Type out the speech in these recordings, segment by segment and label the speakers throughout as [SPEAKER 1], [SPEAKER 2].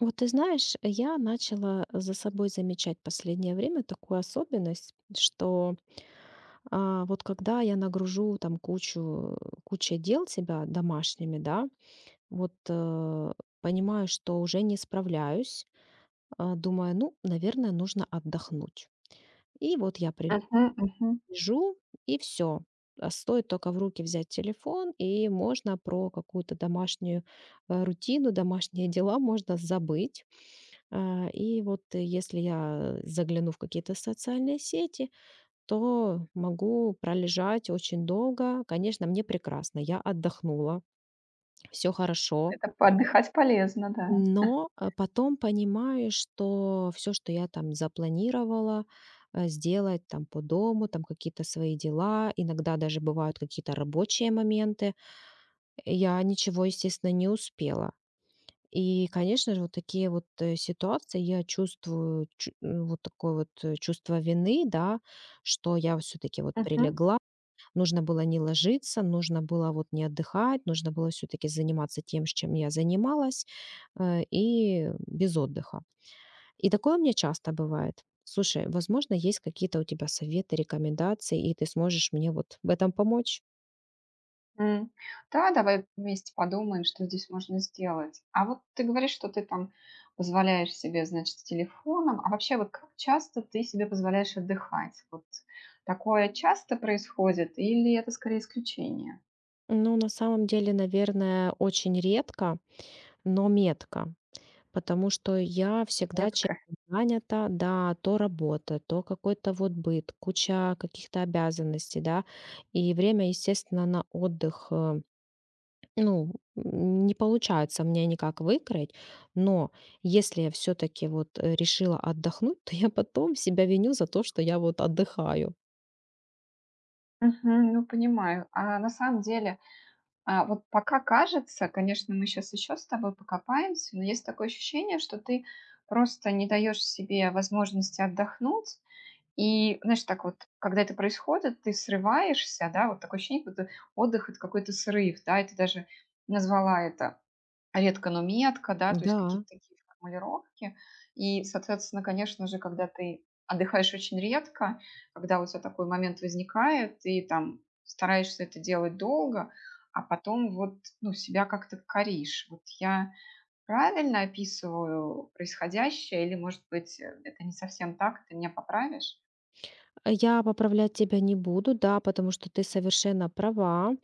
[SPEAKER 1] Вот ты знаешь, я начала за собой замечать последнее время такую особенность, что вот когда я нагружу там кучу, кучей дел себя домашними, да, вот э, понимаю, что уже не справляюсь. Думаю, ну, наверное, нужно отдохнуть. И вот я
[SPEAKER 2] Мгм, мгм.
[SPEAKER 1] прилежу, и все. Стоит только в руки взять телефон, и можно про какую-то домашнюю рутину, домашние дела можно забыть. И вот если я загляну в какие-то социальные сети, то могу пролежать очень долго. Конечно, мне прекрасно, я отдохнула, все хорошо.
[SPEAKER 2] Это поотдыхать полезно, да.
[SPEAKER 1] Но, потом понимаю, что все, что я там запланировала, сделать там по дому, там какие-то свои дела, иногда даже бывают какие-то рабочие моменты, я ничего, естественно, не успела. И, конечно же, вот такие вот, ситуации я чувствую вот такое вот, чувство вины, да, что я все таки вот
[SPEAKER 2] Мгм,
[SPEAKER 1] прилегла. Нужно было не ложиться, нужно было вот не отдыхать, нужно было все таки заниматься тем, с чем я занималась, и без отдыха. И такое у меня часто бывает. Слушай, возможно, есть какие-то у тебя советы, рекомендации, и ты сможешь мне вот в этом помочь?
[SPEAKER 2] м. Да, давай вместе подумаем, что здесь можно сделать. А вот ты говоришь, что ты там позволяешь себе, значит, с телефоном. А вообще, вот как часто ты себе позволяешь отдыхать? Вот такое часто происходит или это скорее исключение?
[SPEAKER 1] Ну, на самом деле, наверное, очень редко, но метко. Потому что я всегда чем
[SPEAKER 2] Метко.
[SPEAKER 1] занята, да, то работа, то какой-то вот быт, куча каких-то обязанностей, да, и время, естественно, на отдых, ну, не получается мне никак выкроить, но если я все-таки вот решила отдохнуть, то я потом себя виню за то, что я вот отдыхаю.
[SPEAKER 2] Мгм. Ну, понимаю. А на самом деле. Вот пока кажется, конечно, мы сейчас еще с тобой покопаемся, но есть такое ощущение, что ты просто не даешь себе возможности отдохнуть. И, знаешь, так вот, когда это происходит, ты срываешься, да, вот такое ощущение, как будто отдых– это какой-то срыв, да, и ты даже назвала это. Редко, но метко, да, то есть
[SPEAKER 1] Да,
[SPEAKER 2] какие-то такие формулировки. И, соответственно, конечно же, когда ты отдыхаешь очень редко, когда у тебя такой момент возникает, ты там стараешься это делать долго, а потом вот, ну, себя как-то коришь. Вот я правильно описываю происходящее или, может быть, это не совсем так, ты меня поправишь?
[SPEAKER 1] а я поправлять тебя не буду, да, потому что ты совершенно права.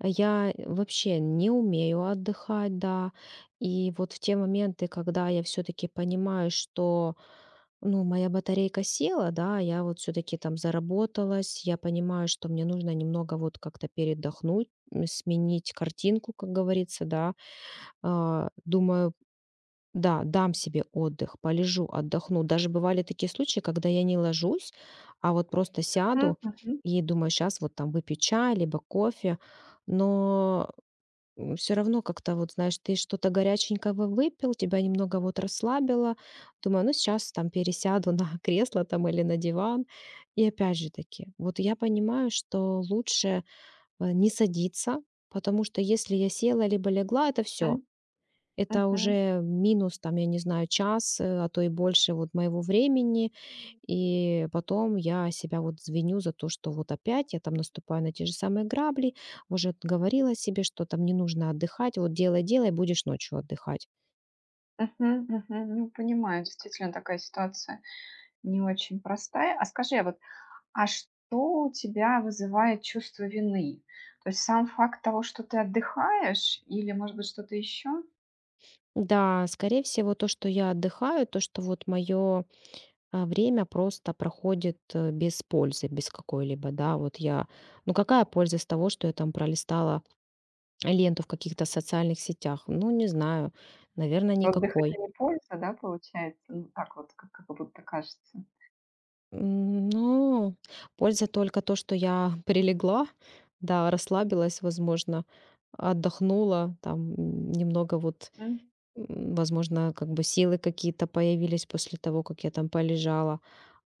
[SPEAKER 1] Я вообще не умею отдыхать, да. И вот в те моменты, когда я все-таки понимаю, что ну, моя батарейка села, да, я вот все-таки там заработалась, я понимаю, что мне нужно немного вот как-то передохнуть, м, сменить картинку, как говорится, да. Думаю, да, дам себе отдых, полежу, отдохну. Даже бывали такие случаи, когда я не ложусь, а вот просто
[SPEAKER 2] Мгм,
[SPEAKER 1] сяду
[SPEAKER 2] мгм,
[SPEAKER 1] и думаю, сейчас вот там выпью чай, либо кофе, но все равно как-то вот, знаешь, ты что-то горяченького выпил, тебя немного вот расслабило. Думаю, ну сейчас там пересяду на кресло там или на диван. И опять же таки, вот я понимаю, что лучше не садиться, потому что если я села либо легла, это
[SPEAKER 2] мгм,
[SPEAKER 1] все это
[SPEAKER 2] мгм,
[SPEAKER 1] уже минус, там, я не знаю, час, а то и больше вот моего времени. И потом я себя вот звеню за то, что вот опять я там наступаю на те же самые грабли, уже говорила себе, что там не нужно отдыхать, вот делай, делай, будешь ночью отдыхать.
[SPEAKER 2] мгм, мгм. Ну, понимаю, действительно такая ситуация не очень простая. А скажи, а что у тебя вызывает чувство вины? То есть сам факт того, что ты отдыхаешь, или, может быть, что-то еще?
[SPEAKER 1] Да, скорее всего, то, что я отдыхаю, то, что вот мое время просто проходит без пользы, без какой-либо, да, вот я, ну какая польза с того, что я там пролистала ленту в каких-то социальных сетях? Ну, не знаю, наверное,
[SPEAKER 2] Отдых
[SPEAKER 1] никакой.
[SPEAKER 2] это не польза, да, получается? Ну, так вот, как будто кажется.
[SPEAKER 1] М, ну, польза только то, что я прилегла, да, расслабилась, возможно, отдохнула, там м, немного вот, м, возможно, как бы силы какие-то появились после того, как я там полежала.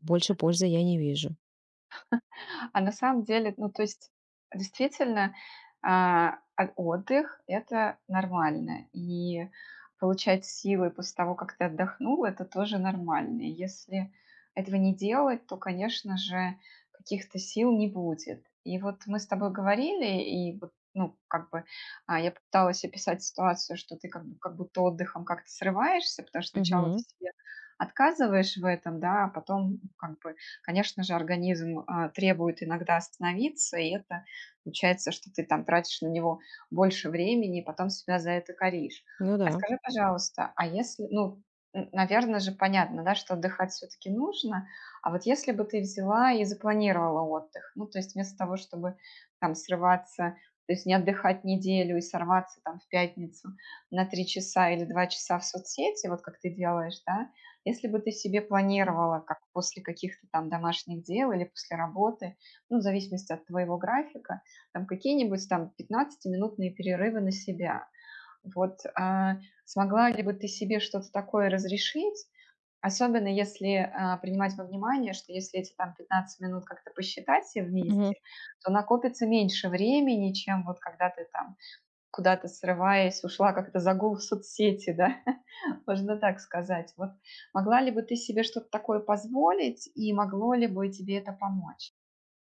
[SPEAKER 1] Больше пользы я не вижу.
[SPEAKER 2] А на самом деле, ну, то есть, действительно, отдых- это нормально. И получать силы после того, как ты отдохнул- это тоже нормально. И если этого не делать, то, конечно же, каких-то сил не будет. И вот мы с тобой говорили, и вот, ну, как бы, я пыталась описать ситуацию, что ты как бы, как будто отдыхом как-то срываешься, потому что сначала ты
[SPEAKER 1] Мгм.
[SPEAKER 2] себе отказываешь в этом, да, а потом как бы конечно же, организм требует иногда остановиться, и это получается, что ты там тратишь на него больше времени, и потом себя за это коришь.
[SPEAKER 1] Ну
[SPEAKER 2] А
[SPEAKER 1] да.
[SPEAKER 2] скажи, пожалуйста, а если, ну, наверное же, понятно, да, что отдыхать все-таки нужно, а вот если бы ты взяла и запланировала отдых, ну, то есть вместо того, чтобы там срываться, то есть не отдыхать неделю и сорваться там в пятницу на 3 часа или 2 часа в соцсети, вот как ты делаешь, да, если бы ты себе планировала, как после каких-то там домашних дел или после работы, ну, в зависимости от твоего графика, там какие-нибудь там 15-минутные перерывы на себя. Вот смогла ли бы ты себе что-то такое разрешить, особенно если принимать во внимание, что если эти там 15 минут как-то посчитать все
[SPEAKER 1] Мгм.
[SPEAKER 2] вместе, то накопится меньше времени, чем вот когда ты там куда-то срываясь, ушла как-то загул в соцсети, да, можно так сказать. Вот могла ли бы ты себе что-то такое позволить и могло ли бы тебе это помочь?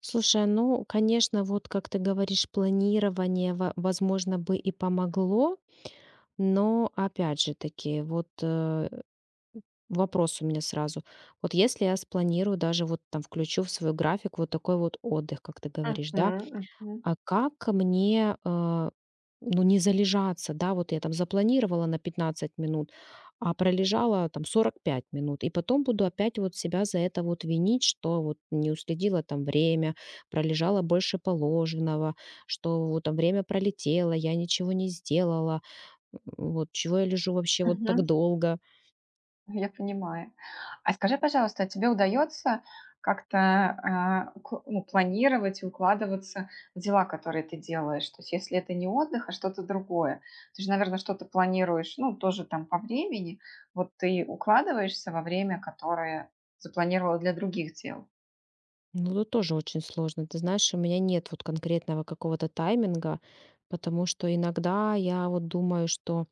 [SPEAKER 1] Слушай, ну, конечно, вот как ты говоришь, планирование, возможно, бы и помогло. Но опять же таки, вот, вопрос у меня сразу. Вот если я спланирую, даже вот там включу в свой график вот такой вот отдых, как ты говоришь,
[SPEAKER 2] Мгм,
[SPEAKER 1] да,
[SPEAKER 2] мгм.
[SPEAKER 1] а как мне, ну, не залежаться, да, вот я там запланировала на 15 минут, а пролежала там 45 минут, и потом буду опять вот себя за это вот винить, что вот не уследила там время, пролежала больше положенного, что вот там время пролетело, я ничего не сделала, вот чего я лежу вообще вот так
[SPEAKER 2] Мгм.
[SPEAKER 1] долго?
[SPEAKER 2] Я понимаю. А скажи, пожалуйста, а тебе удается как-то, а, к ну, планировать и укладываться в дела, которые ты делаешь? То есть если это не отдых, а что-то другое. Ты же, наверное, что-то планируешь, ну, тоже там по времени. Вот ты укладываешься во время, которое запланировала для других дел?
[SPEAKER 1] Ну, это тоже очень сложно. Ты знаешь, у меня нет вот конкретного какого-то тайминга, потому что иногда я вот думаю, что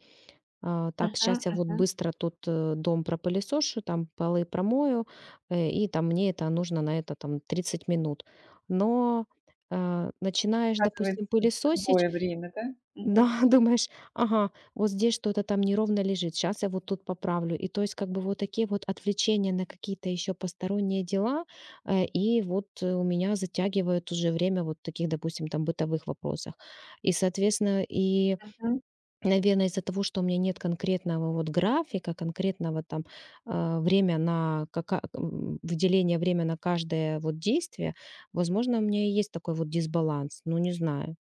[SPEAKER 1] так,
[SPEAKER 2] Мгм,
[SPEAKER 1] сейчас я вот
[SPEAKER 2] мгм.
[SPEAKER 1] быстро тут дом пропылесошу, там полы промою, и там мне это нужно на это там 30 минут. Но начинаешь, допустим,
[SPEAKER 2] Оказывается,
[SPEAKER 1] пылесосить.
[SPEAKER 2] другое время, да?
[SPEAKER 1] Да,
[SPEAKER 2] Мгм,
[SPEAKER 1] думаешь, ага, вот здесь что-то там неровно лежит, сейчас я вот тут поправлю. И то есть как бы вот такие вот отвлечения на какие-то еще посторонние дела, у меня затягивают уже время вот таких, допустим, там бытовых вопросах. И, соответственно, и,
[SPEAKER 2] мгм.
[SPEAKER 1] наверное, из-за того, что у меня нет конкретного вот графика, конкретного там э, время на кака- м, выделение время на каждое вот действие, возможно, у меня и есть такой вот дисбаланс, ну не знаю.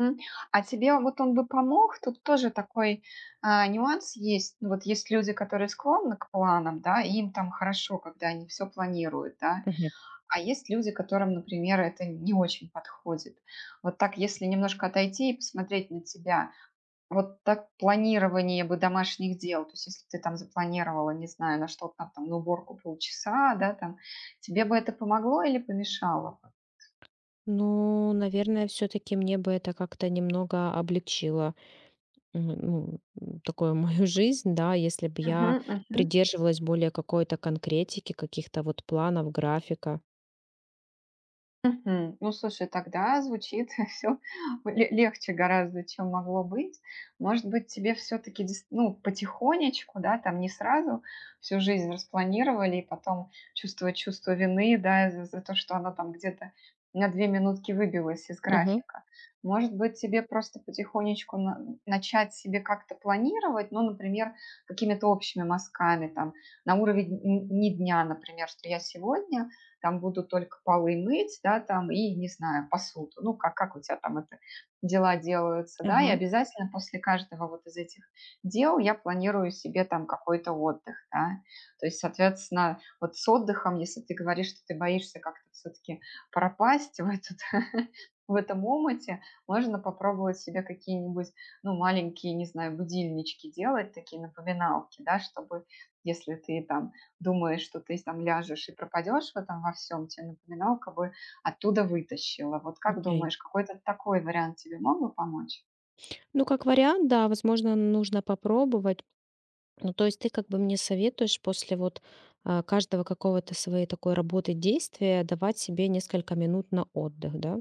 [SPEAKER 2] М. А тебе вот он бы помог? Тут тоже такой, нюанс есть. Ну, вот есть люди, которые склонны к планам, да, и им там хорошо, когда они все планируют, да. А есть люди, которым, например, это не очень подходит. Вот так, если немножко отойти и посмотреть на тебя, вот так планирование бы домашних дел, то есть если ты там запланировала, не знаю, на что там, на уборку полчаса, да, там, тебе бы это помогло или помешало?
[SPEAKER 1] Ну, наверное, все-таки мне бы это как-то немного облегчило, ну, такую мою жизнь, да, если бы
[SPEAKER 2] Мгм,
[SPEAKER 1] я
[SPEAKER 2] мгм.
[SPEAKER 1] придерживалась более какой-то конкретики, каких-то вот планов, графика.
[SPEAKER 2] Мгм. Ну, слушай, тогда звучит все легче гораздо, чем могло быть. Может быть, тебе все таки ну, потихонечку, да, там не сразу всю жизнь распланировали, и потом чувствовать чувство вины, да, за то, что оно там где-то на 2 минутки выбилось из
[SPEAKER 1] Мгм.
[SPEAKER 2] графика. Может быть, тебе просто потихонечку на начать себе как-то планировать, ну, например, какими-то общими мазками, там, на уровень н не дня, например, что я сегодня там будут только полы мыть, да, там, и, не знаю, посуду, ну, как у тебя там это дела делаются, да, и
[SPEAKER 1] Ага,
[SPEAKER 2] обязательно после каждого вот из этих дел я планирую себе там какой-то отдых, да, то есть, соответственно, вот с отдыхом, если ты говоришь, что ты боишься как-то все-таки пропасть в этот в этом омуте можно попробовать себе какие-нибудь, ну, маленькие, не знаю, будильнички делать, такие напоминалки, да, чтобы если ты там думаешь, что ты там ляжешь и пропадешь в этом во всем, тебе напоминалка бы оттуда вытащила. Вот как
[SPEAKER 1] окей.
[SPEAKER 2] думаешь, какой-то такой вариант тебе мог бы помочь?
[SPEAKER 1] Ну, как вариант, да, возможно, нужно попробовать. Ну, то есть ты как бы мне советуешь после вот каждого какого-то своей такой работы, действия давать себе несколько минут на отдых, да?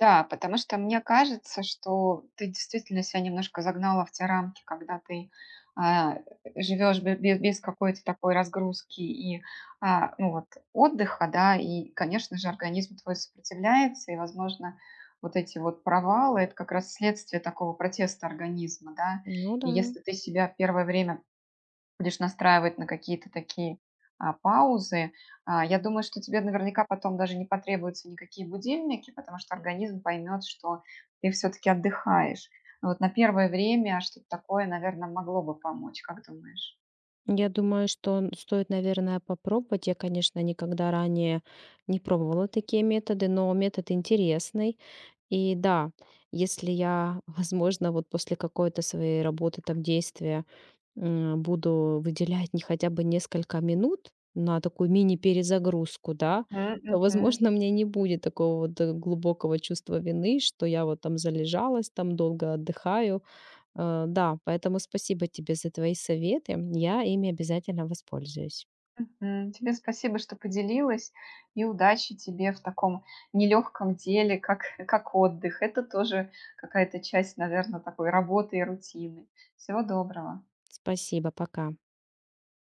[SPEAKER 2] Да, потому что мне кажется, что ты действительно себя немножко загнала в те рамки, когда ты а, живешь без, какой-то такой разгрузки и ну вот, отдыха, да, и, конечно же, организм твой сопротивляется, и, возможно, вот эти вот провалы, это как раз следствие такого протеста организма, да,
[SPEAKER 1] Ну
[SPEAKER 2] и
[SPEAKER 1] да.
[SPEAKER 2] если ты себя первое время будешь настраивать на какие-то такие, паузы. Я думаю, что тебе наверняка потом даже не потребуются никакие будильники, потому что организм поймет, что ты все-таки отдыхаешь. Но вот на первое время что-то такое, наверное, могло бы помочь, как думаешь?
[SPEAKER 1] Я думаю, что стоит, наверное, попробовать. Я, конечно, никогда ранее не пробовала такие методы, но метод интересный. И да, если я, возможно, вот после какой-то своей работы, там, действия буду выделять не хотя бы несколько минут на такую мини-перезагрузку, да,
[SPEAKER 2] М,
[SPEAKER 1] то,
[SPEAKER 2] мгм,
[SPEAKER 1] возможно, мне не будет такого вот глубокого чувства вины, что я вот там залежалась, там долго отдыхаю. Да, поэтому спасибо тебе за твои советы. Я ими обязательно воспользуюсь.
[SPEAKER 2] мгм. Тебе спасибо, что поделилась, и удачи тебе в таком нелегком деле, как, как отдых. Это тоже какая-то часть, наверное, такой работы и рутины. Всего доброго.
[SPEAKER 1] Спасибо, пока.